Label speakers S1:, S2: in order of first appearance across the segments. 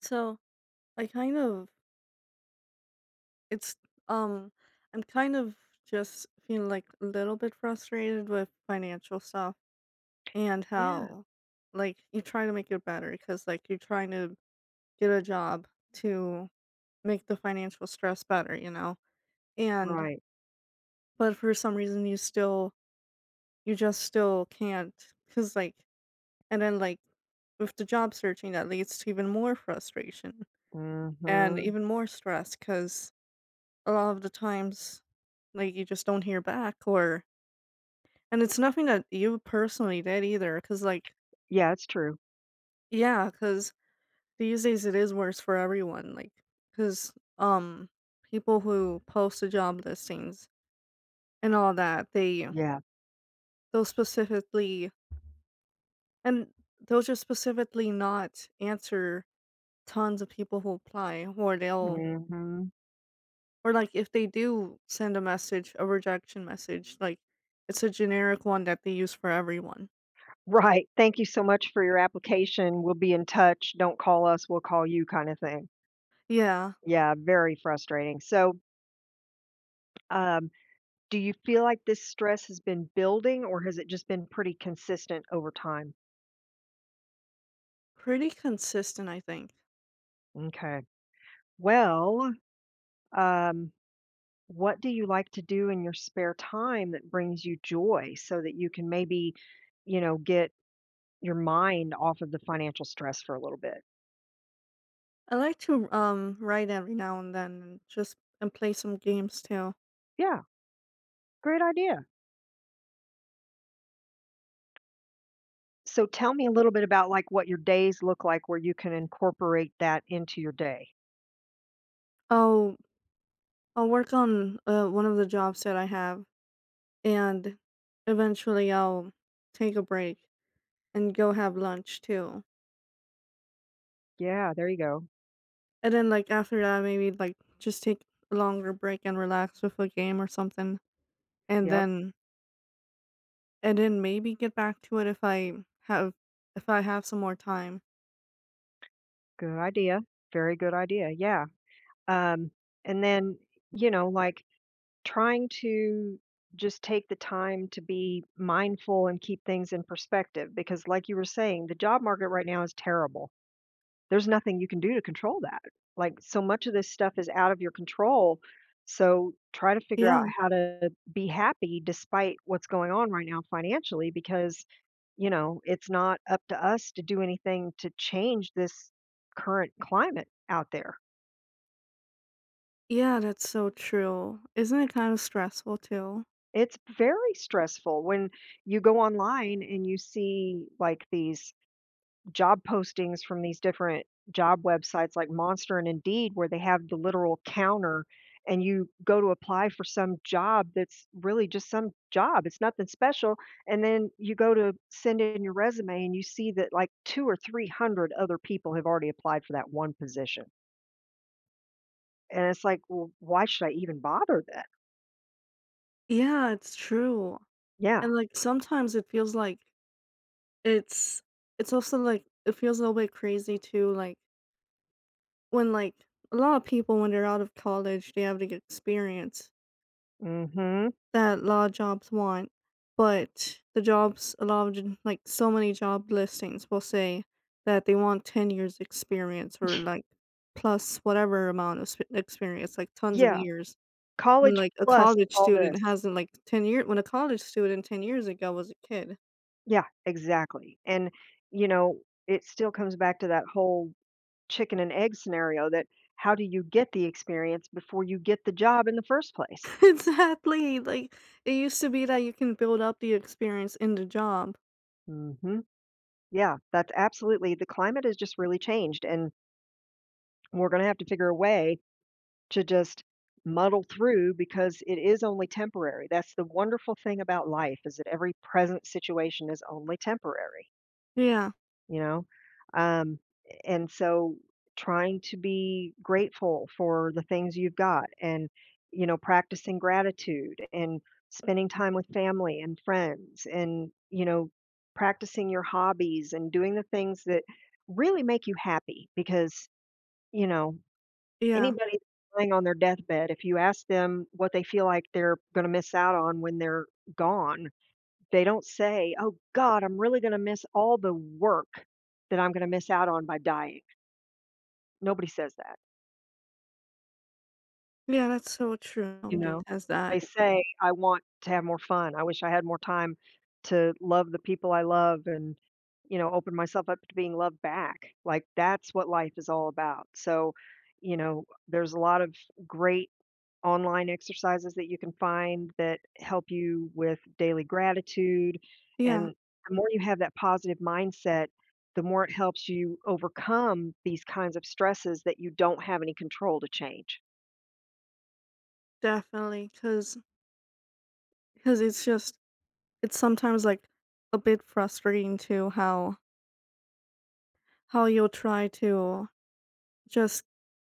S1: So I kind of it's um I'm kind of just feeling like a little bit frustrated with financial stuff and
S2: Yeah,
S1: how like you try to make it better because like you're trying to get a job to make the financial stress better. And
S2: right.
S1: but for some reason you still you just still can't because like and then like with the job searching that leads to even more frustration and
S2: Mhm.
S1: even more stress because a lot of the times, like, you just don't hear back or and it's nothing that you personally did either, cause like
S2: Yeah, it's true.
S1: yeah, cause these days it is worse for everyone, like, cause um, people who post the job listings and all that, they
S2: Yeah.
S1: they'll specifically and they'll just specifically not answer tons of people who apply or they'll
S2: Mhm.
S1: or, like, if they do send a message, a rejection message, like, it's a generic one that they use for everyone.
S2: Right. Thank you so much for your application. We'll be in touch. Don't call us, we'll call you kind of thing.
S1: Yeah.
S2: Yeah, very frustrating. So, um, do you feel like this stress has been building or has it just been pretty consistent over time?
S1: Pretty consistent, I think.
S2: Okay. Well, um, what do you like to do in your spare time that brings you joy so that you can maybe, you know, get your mind off of the financial stress for a little bit?
S1: I like to write every now and then and just and play some games too.
S2: Yeah, great idea. So tell me a little bit about like what your days look like where you can incorporate that into your day.
S1: I'll I'll work on one of the jobs that I have and eventually I'll take a break and go have lunch too.
S2: Yeah, there you go.
S1: And then like after that maybe like just take a longer break and relax with a game or something and
S2: Yep,
S1: then maybe get back to it have if I have some more time.
S2: good idea. Very good idea. Yeah. Um and then, you know, like trying to just take the time to be mindful and keep things in perspective because like you were saying, the job market right now is terrible. There's nothing you can do to control that. Like, so much of this stuff is out of your control. So try to figure out
S1: Yeah,
S2: how to be happy despite what's going on right now financially because, you know, it's not up to us to do anything to change this current climate out there.
S1: yeah, that's so true. Isn't it kind of stressful too?
S2: It's very stressful when you go online and you see like these job postings from these different job websites like Monster and Indeed where they have the literal counter and you go to apply for some job that's really just some job. It's nothing special. And then you go to send in your resume and you see that like two or 300 other people have already applied for that one position. And it's like, well, why should I even bother then?
S1: Yeah, it's true.
S2: Yeah.
S1: And like sometimes it feels like it's it's also like it feels a little bit crazy too, like when like a lot of people when they're out of college they have the experience
S2: Hmm.
S1: that a lot of jobs want. But the jobs a lot of j- like so many job listings will say that they want 10 years experience or like plus whatever amount of experience, like tons of
S2: Yeah.
S1: years. When,
S2: College
S1: like, a
S2: plus
S1: college
S2: all this.
S1: student hasn't, like, 10 years. When a college student 10 years ago was a kid.
S2: Yeah, exactly. And, you know, it still comes back to that whole chicken and egg scenario that how do you get the experience before you get the job in the first place?
S1: Exactly, like, it used to be that you can build up the experience in the job.
S2: hmm Yeah, that's absolutely. The climate has just really changed, and we're going to have to figure a way to just muddle through because it is only temporary. That's the wonderful thing about life is that every present situation is only temporary.
S1: Yeah,
S2: You know? Um, and so trying to be grateful for the things you've got and, you know, practicing gratitude and spending time with family and friends and, you know, practicing your hobbies and doing the things that really make you happy because, you know,
S1: yeah,
S2: anybody lying on their deathbed, if you ask them what they feel like they're going to miss out on when they're gone, they don't say, "Oh god, I'm really gonna miss all the work that I'm gonna miss out on by dying." Nobody says that,
S1: yeah, that's so true,
S2: you
S1: nobody
S2: know?
S1: has that.
S2: They say, "I want to have more fun. I wish I had more time to love the people I love and, you know, open myself up to being loved back." Like, that's what life is all about. So, you know, there's a lot of great online exercises that you can find that help you with daily gratitude.
S1: Yeah,
S2: And the more you have that positive mindset, the more it helps you overcome these kinds of stresses that you don't have any control to change.
S1: definitely, 'cause it's just it's sometimes, like, a bit frustrating too how you'll try to just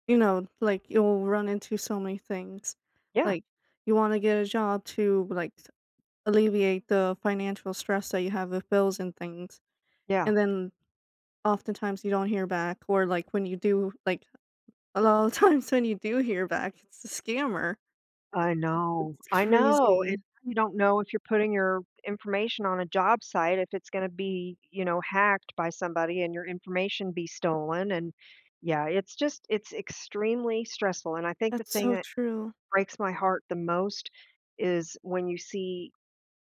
S1: like, you'll run into so many things.
S2: Yeah,
S1: Like, you wanna get a job to, like alleviate the financial stress that you have with bills and things.
S2: yeah.
S1: And then oftentimes you don't hear back, or like when you do, like a lot of times when you do hear back, it's a scammer.
S2: I
S1: It's,
S2: know.
S1: it's
S2: I know. And
S1: crazy.
S2: you don't know if you're putting your information on a job site, if it's going to be, you know, hacked by somebody and your information be stolen. And yeah, it's just, it's extremely stressful. And I think the
S1: That's
S2: thing
S1: so
S2: that
S1: true.
S2: breaks my heart the most is when you see,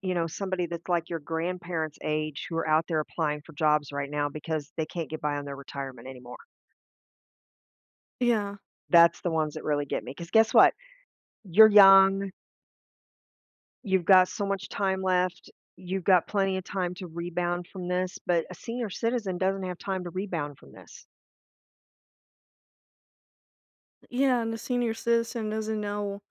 S2: you know, somebody that's like your grandparents' age who are out there applying for jobs right now because they can't get by on their retirement anymore.
S1: Yeah.
S2: That's the ones that really get me. Because guess what? You're young, you've got so much time left, you've got plenty of time to rebound from this, but a senior citizen doesn't have time to rebound from this.
S1: Yeah. And the senior citizen doesn't know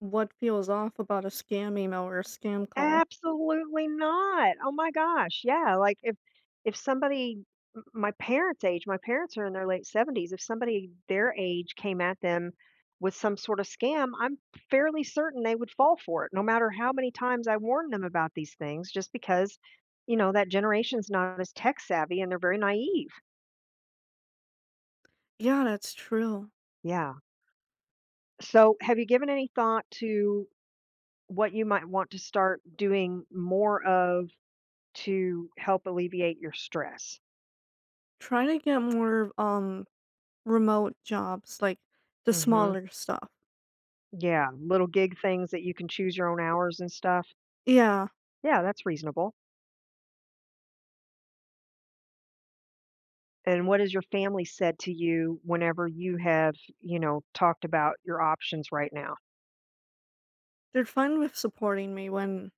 S1: what feels off about a scam email or a scam call.
S2: Absolutely not. Oh my gosh, yeah, like, if somebody m my parents' age, my parents are in their late 70s. If somebody their age came at them with some sort of scam, I'm fairly certain they would fall for it, no matter how many times I warn them about these things just because, you know, that generation's not as tech savvy and they're very naive.
S1: Yeah, that's true.
S2: Yeah. So, have you given any thought to what you might want to start doing more of to help alleviate your stress?
S1: Try to get more remote jobs, like the
S2: Mhm.
S1: smaller stuff.
S2: Yeah, little gig things that you can choose your own hours and stuff.
S1: Yeah.
S2: Yeah, that's reasonable. And what has your family said to you whenever you have, you know, talked about your options right now?
S1: They're fine with supporting me when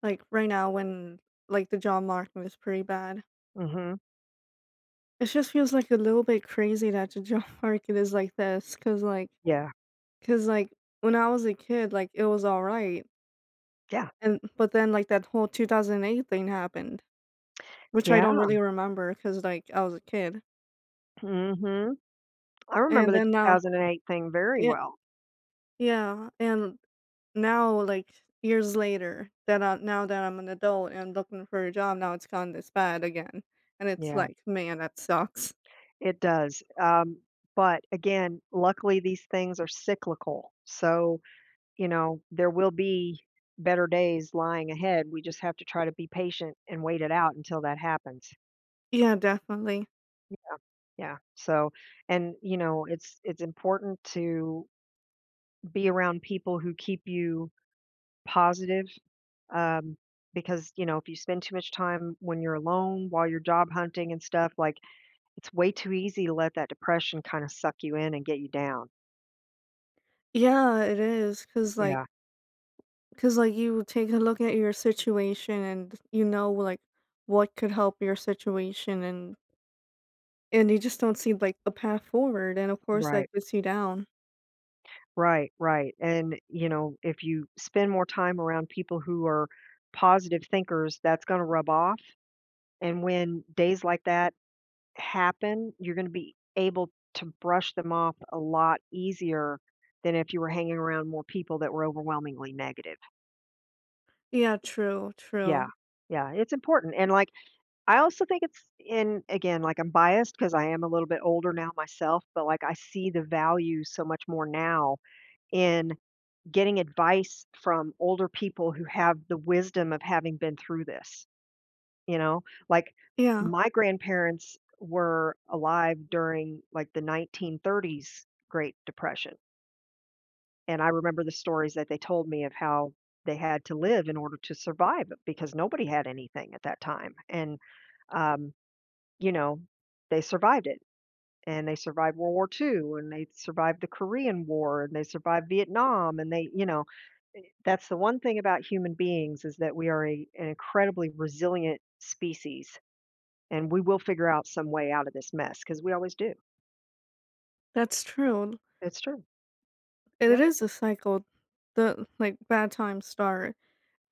S1: Like, right now when, like, the job market is pretty bad.
S2: Mhm.
S1: It just feels, like, a little bit crazy that the job market is like this. Cause like,
S2: Yeah.
S1: cause like, when I was a kid, like, it was alright,
S2: Yeah.
S1: and but then, like, that whole 2008 thing happened, which I
S2: Yeah.
S1: don't really remember, cause like, I was a kid.
S2: Mhm. I remember
S1: And
S2: the
S1: then now
S2: 2008 thing very
S1: yeah,
S2: well.
S1: yeah, and now, like, years later that I now that I'm an adult and looking for a job, now it's gone this bad again, and it's
S2: Yeah,
S1: like, "Man, that sucks."
S2: it does. But again, luckily these things are cyclical. So, you know, there will be better days lying ahead. We just have to try to be patient and wait it out until that happens.
S1: Yeah, definitely.
S2: Yeah. So, and you know, it's important to be around people who keep you positive, um, because you know, if you spend too much time when you're alone while you're job hunting and stuff, like it's way too easy to let that depression kind of suck you in and get you down.
S1: Yeah, it is, cause
S2: Yeah.
S1: like, you take a look at your situation and you know, like, what could help your situation and you just don't see, like, a path forward, and of course, that
S2: Right.
S1: gets you down.
S2: Right. Right. And you know, if you spend more time around people who are positive thinkers, that's going to rub off. And when days like that happen, you're gonna be able to brush them off a lot easier than if you were hanging around more people that were overwhelmingly negative.
S1: Yeah, true,
S2: Yeah.
S1: true.
S2: Yeah, it's important, and, like, I also think it's in again, like, I'm biased because I am a little bit older now myself, but, like, I see the value so much more now in getting advice from older people who have the wisdom of having been through this. You know, like,
S1: Yeah,
S2: my grandparents were alive during, like, the 1930s Great Depression, and I remember the stories that they told me of how they had to live in order to survive because nobody had anything at that time, and, um, you know, they survived it, and they survived World War II, and they survived the Korean War, and they survived Vietnam, and they you know, that's the one thing about human beings is that we are a an incredibly resilient species. And we will figure out some way out of this mess because we always do.
S1: that's true.
S2: It's true.
S1: And it
S2: Yep.
S1: is a cycle. The, like, bad times start,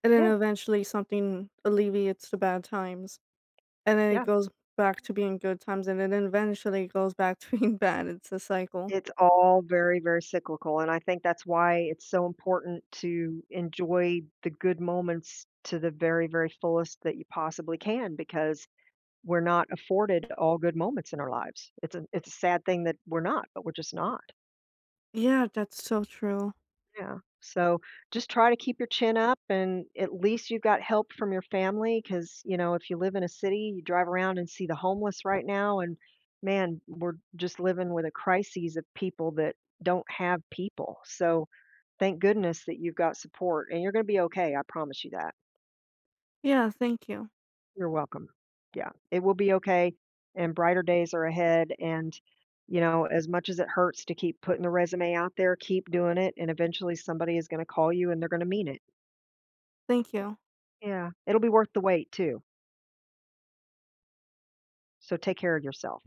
S1: and then
S2: Yeah.
S1: eventually something alleviates the bad times, and then
S2: Yeah.
S1: it goes back to being good times, and then eventually it goes back to being bad. It's a cycle.
S2: It's all very, very cyclical, and I think that's why it's so important to enjoy the good moments to the very, very fullest that you possibly can because we're not afforded all good moments in our lives. It's a sad thing that we're not, but we're just not.
S1: Yeah, that's so true.
S2: Yeah. So just try to keep your chin up and at least you've got help from your family because, you know, if you live in a city, you drive around and see the homeless right now. And man, we're just living with a crisis of people that don't have people. So thank goodness that you've got support and you're going to be okay. I promise you that.
S1: Yeah, thank you.
S2: You're welcome. Yeah. It will be okay. And brighter days are ahead. And, you know, as much as it hurts to keep putting the resume out there, keep doing it. And eventually somebody is going to call you and they're going to mean it.
S1: Thank you.
S2: Yeah, it'll be worth the wait too, so take care of yourself.